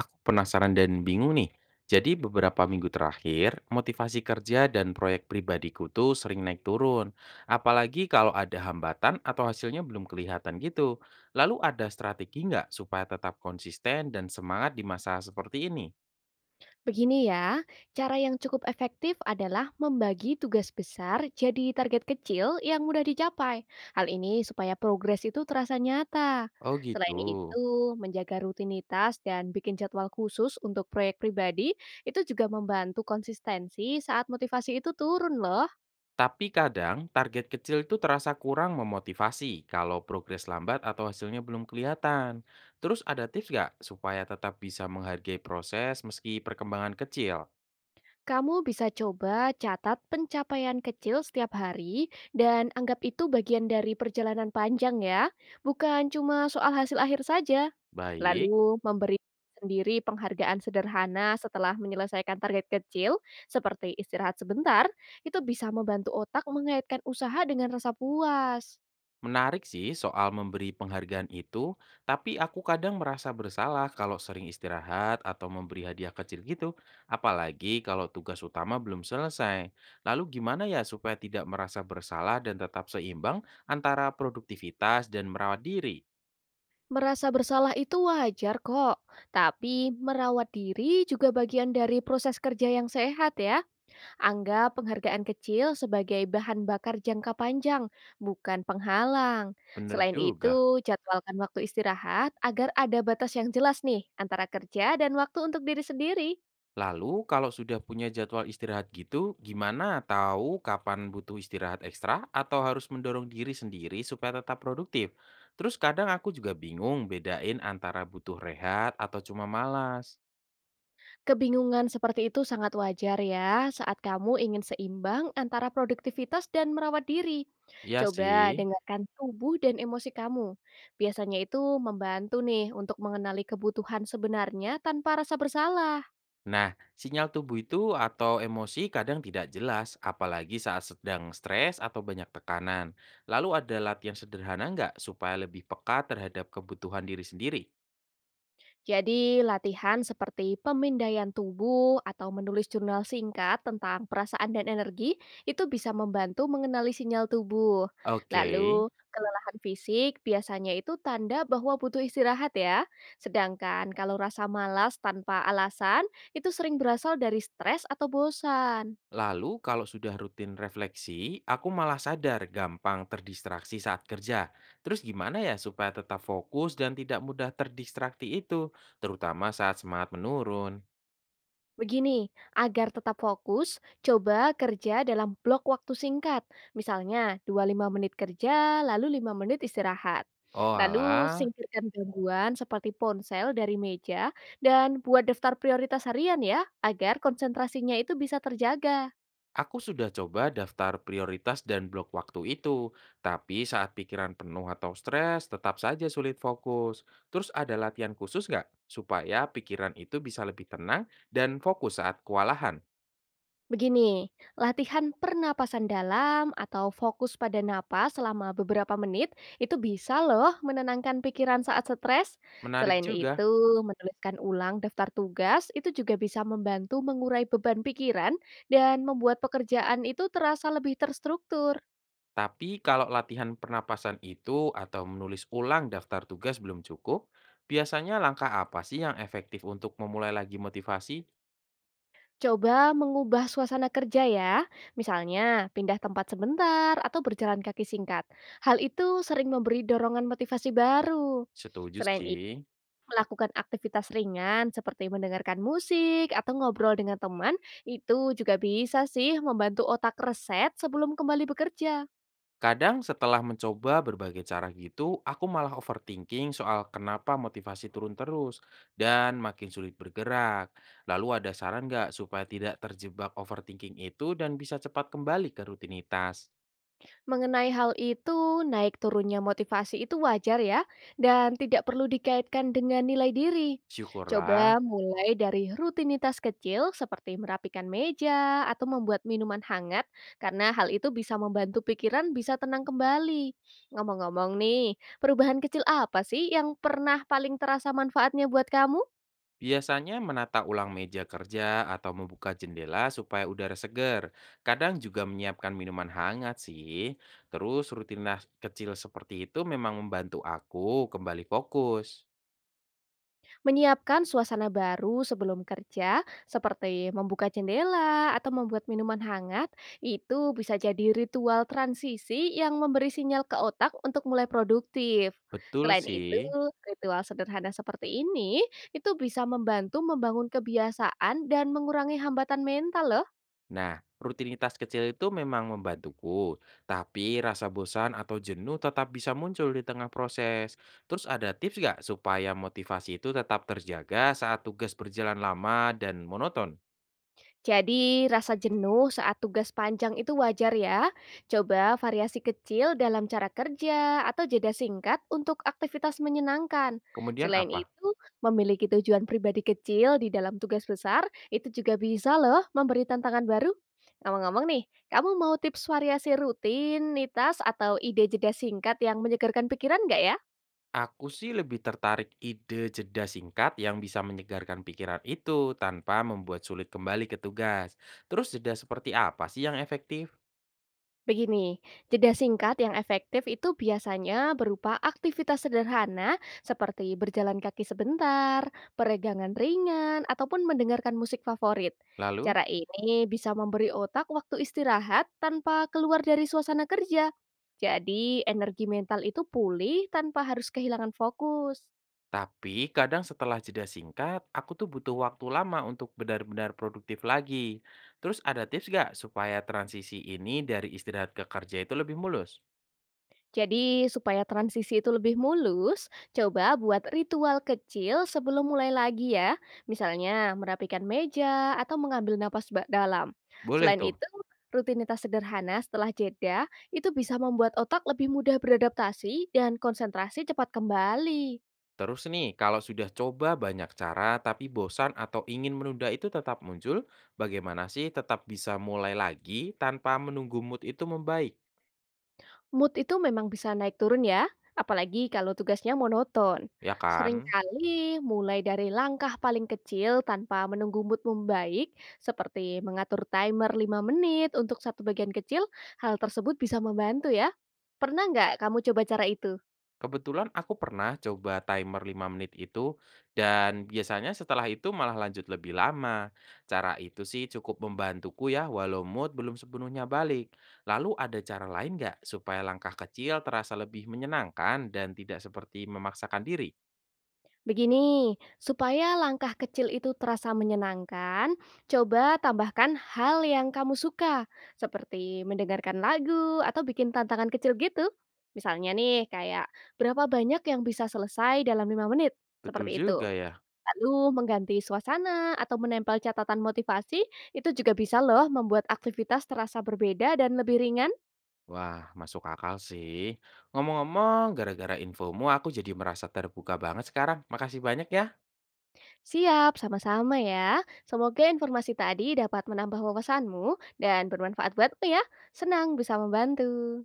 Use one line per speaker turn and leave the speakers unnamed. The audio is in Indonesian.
Aku penasaran dan bingung nih. Jadi beberapa minggu terakhir, motivasi kerja dan proyek pribadiku tuh sering naik turun. Apalagi kalau ada hambatan atau hasilnya belum kelihatan gitu. Lalu ada strategi nggak supaya tetap konsisten dan semangat di masa seperti ini?
Begini ya, cara yang cukup efektif adalah membagi tugas besar jadi target kecil yang mudah dicapai. Hal ini supaya progres itu terasa nyata.
Oh gitu.
Selain itu, menjaga rutinitas dan bikin jadwal khusus untuk proyek pribadi itu juga membantu konsistensi saat motivasi itu turun loh.
Tapi kadang target kecil itu terasa kurang memotivasi kalau progres lambat atau hasilnya belum kelihatan. Terus ada tips nggak supaya tetap bisa menghargai proses meski perkembangan kecil?
Kamu bisa coba catat pencapaian kecil setiap hari dan anggap itu bagian dari perjalanan panjang ya, bukan cuma soal hasil akhir saja.
Baik.
Lalu memberi sendiri penghargaan sederhana setelah menyelesaikan target kecil, seperti istirahat sebentar, itu bisa membantu otak mengaitkan usaha dengan rasa puas.
Menarik sih soal memberi penghargaan itu, tapi aku kadang merasa bersalah kalau sering istirahat atau memberi hadiah kecil gitu, apalagi kalau tugas utama belum selesai. Lalu gimana ya supaya tidak merasa bersalah dan tetap seimbang antara produktivitas dan merawat diri?
Merasa bersalah itu wajar kok, tapi merawat diri juga bagian dari proses kerja yang sehat ya. Anggap penghargaan kecil sebagai bahan bakar jangka panjang, bukan penghalang.
Bener
Selain
juga.
itu, jadwalkan waktu istirahat agar ada batas yang jelas nih antara kerja dan waktu untuk diri sendiri.
Lalu kalau sudah punya jadwal istirahat gitu, gimana tahu kapan butuh istirahat ekstra atau harus mendorong diri sendiri supaya tetap produktif? Terus kadang aku juga bingung bedain antara butuh rehat atau cuma malas.
Kebingungan seperti itu sangat wajar ya saat kamu ingin seimbang antara produktivitas dan merawat diri.
Ya
Coba
sih.
dengarkan tubuh dan emosi kamu. Biasanya itu membantu nih untuk mengenali kebutuhan sebenarnya tanpa rasa bersalah.
Nah, sinyal tubuh itu atau emosi kadang tidak jelas, apalagi saat sedang stres atau banyak tekanan. Lalu ada latihan sederhana nggak supaya lebih peka terhadap kebutuhan diri sendiri?
Jadi, latihan seperti pemindaian tubuh atau menulis jurnal singkat tentang perasaan dan energi itu bisa membantu mengenali sinyal tubuh.
Oke.
Lalu, kelelahan fisik biasanya itu tanda bahwa butuh istirahat ya. Sedangkan kalau rasa malas tanpa alasan itu sering berasal dari stres atau bosan.
Lalu kalau sudah rutin refleksi, aku malah sadar gampang terdistraksi saat kerja. Terus gimana ya supaya tetap fokus dan tidak mudah terdistraksi itu, terutama saat semangat menurun?
Begini, agar tetap fokus, coba kerja dalam blok waktu singkat. Misalnya 25 menit kerja, lalu 5 menit istirahat.
Oh
Lalu
alah,
singkirkan gangguan seperti ponsel dari meja dan buat daftar prioritas harian ya, agar konsentrasinya itu bisa terjaga.
aku sudah coba daftar prioritas dan blok waktu itu, tapi saat pikiran penuh atau stres tetap saja sulit fokus. Terus ada latihan khusus nggak supaya pikiran itu bisa lebih tenang dan fokus saat kewalahan?
Begini, latihan pernapasan dalam atau fokus pada napas selama beberapa menit itu bisa loh menenangkan pikiran saat stres.
Menarik
Selain
juga.
itu, menuliskan ulang daftar tugas itu juga bisa membantu mengurai beban pikiran dan membuat pekerjaan itu terasa lebih terstruktur.
Tapi kalau latihan pernapasan itu atau menulis ulang daftar tugas belum cukup, biasanya langkah apa sih yang efektif untuk memulai lagi motivasi?
Coba mengubah suasana kerja ya, misalnya pindah tempat sebentar atau berjalan kaki singkat. Hal itu sering memberi dorongan motivasi baru.
Setuju
Selain
sih.
melakukan aktivitas ringan seperti mendengarkan musik atau ngobrol dengan teman, itu juga bisa sih membantu otak reset sebelum kembali bekerja.
Kadang setelah mencoba berbagai cara gitu, aku malah overthinking soal kenapa motivasi turun terus dan makin sulit bergerak. Lalu ada saran nggak supaya tidak terjebak overthinking itu dan bisa cepat kembali ke rutinitas?
Mengenai hal itu, naik turunnya motivasi itu wajar ya, dan tidak perlu dikaitkan dengan nilai diri.
Syukurlah.
Coba mulai dari rutinitas kecil seperti merapikan meja atau membuat minuman hangat, karena hal itu bisa membantu pikiran bisa tenang kembali. Ngomong-ngomong nih, perubahan kecil apa sih yang pernah paling terasa manfaatnya buat kamu?
Biasanya menata ulang meja kerja atau membuka jendela supaya udara segar. Kadang juga menyiapkan minuman hangat sih. Terus rutinitas kecil seperti itu memang membantu aku kembali fokus.
Menyiapkan suasana baru sebelum kerja, seperti membuka jendela atau membuat minuman hangat, itu bisa jadi ritual transisi yang memberi sinyal ke otak untuk mulai produktif.
Betul
Selain
sih.
itu, ritual sederhana seperti ini itu bisa membantu membangun kebiasaan dan mengurangi hambatan mental loh.
Nah, rutinitas kecil itu memang membantuku. Tapi rasa bosan atau jenuh tetap bisa muncul di tengah proses. Terus ada tips nggak supaya motivasi itu tetap terjaga saat tugas berjalan lama dan monoton?
Jadi, rasa jenuh saat tugas panjang itu wajar ya. Coba variasi kecil dalam cara kerja atau jeda singkat untuk aktivitas menyenangkan.
Kemudian
Selain
apa?
itu, memiliki tujuan pribadi kecil di dalam tugas besar itu juga bisa loh memberi tantangan baru. Ngomong-ngomong nih, kamu mau tips variasi rutinitas atau ide jeda singkat yang menyegarkan pikiran nggak ya?
Aku sih lebih tertarik ide jeda singkat yang bisa menyegarkan pikiran itu tanpa membuat sulit kembali ke tugas. Terus jeda seperti apa sih yang efektif?
Begini, jeda singkat yang efektif itu biasanya berupa aktivitas sederhana seperti berjalan kaki sebentar, peregangan ringan, ataupun mendengarkan musik favorit.
Lalu,
Cara ini bisa memberi otak waktu istirahat tanpa keluar dari suasana kerja. Jadi, energi mental itu pulih tanpa harus kehilangan fokus.
tapi kadang setelah jeda singkat, aku tuh butuh waktu lama untuk benar-benar produktif lagi. Terus ada tips gak supaya transisi ini dari istirahat ke kerja itu lebih mulus?
Jadi, supaya transisi itu lebih mulus, coba buat ritual kecil sebelum mulai lagi ya. Misalnya, merapikan meja atau mengambil napas dalam.
Boleh
Selain
tuh.
itu, rutinitas sederhana setelah jeda itu bisa membuat otak lebih mudah beradaptasi dan konsentrasi cepat kembali.
Terus nih, kalau sudah coba banyak cara tapi bosan atau ingin menunda itu tetap muncul, bagaimana sih tetap bisa mulai lagi tanpa menunggu mood itu membaik?
Mood itu memang bisa naik turun ya, apalagi kalau tugasnya monoton.
Ya kan?
Seringkali mulai dari langkah paling kecil tanpa menunggu mood membaik, seperti mengatur timer 5 menit untuk satu bagian kecil, hal tersebut bisa membantu ya. Pernah nggak kamu coba cara itu?
Kebetulan aku pernah coba timer 5 menit itu dan biasanya setelah itu malah lanjut lebih lama. Cara itu sih cukup membantuku ya walau mood belum sepenuhnya balik. Lalu ada cara lain nggak supaya langkah kecil terasa lebih menyenangkan dan tidak seperti memaksakan diri?
Begini, supaya langkah kecil itu terasa menyenangkan, coba tambahkan hal yang kamu suka, seperti mendengarkan lagu atau bikin tantangan kecil gitu. Misalnya nih, kayak berapa banyak yang bisa selesai dalam 5 menit,
Betul
seperti itu.
juga ya.
Lalu mengganti suasana atau menempel catatan motivasi, itu juga bisa loh membuat aktivitas terasa berbeda dan lebih ringan.
Wah, masuk akal sih. Ngomong-ngomong, gara-gara infomu aku jadi merasa terbuka banget sekarang. Makasih banyak ya.
Siap, sama-sama ya. Semoga informasi tadi dapat menambah wawasanmu dan bermanfaat buatmu ya. Senang bisa membantu.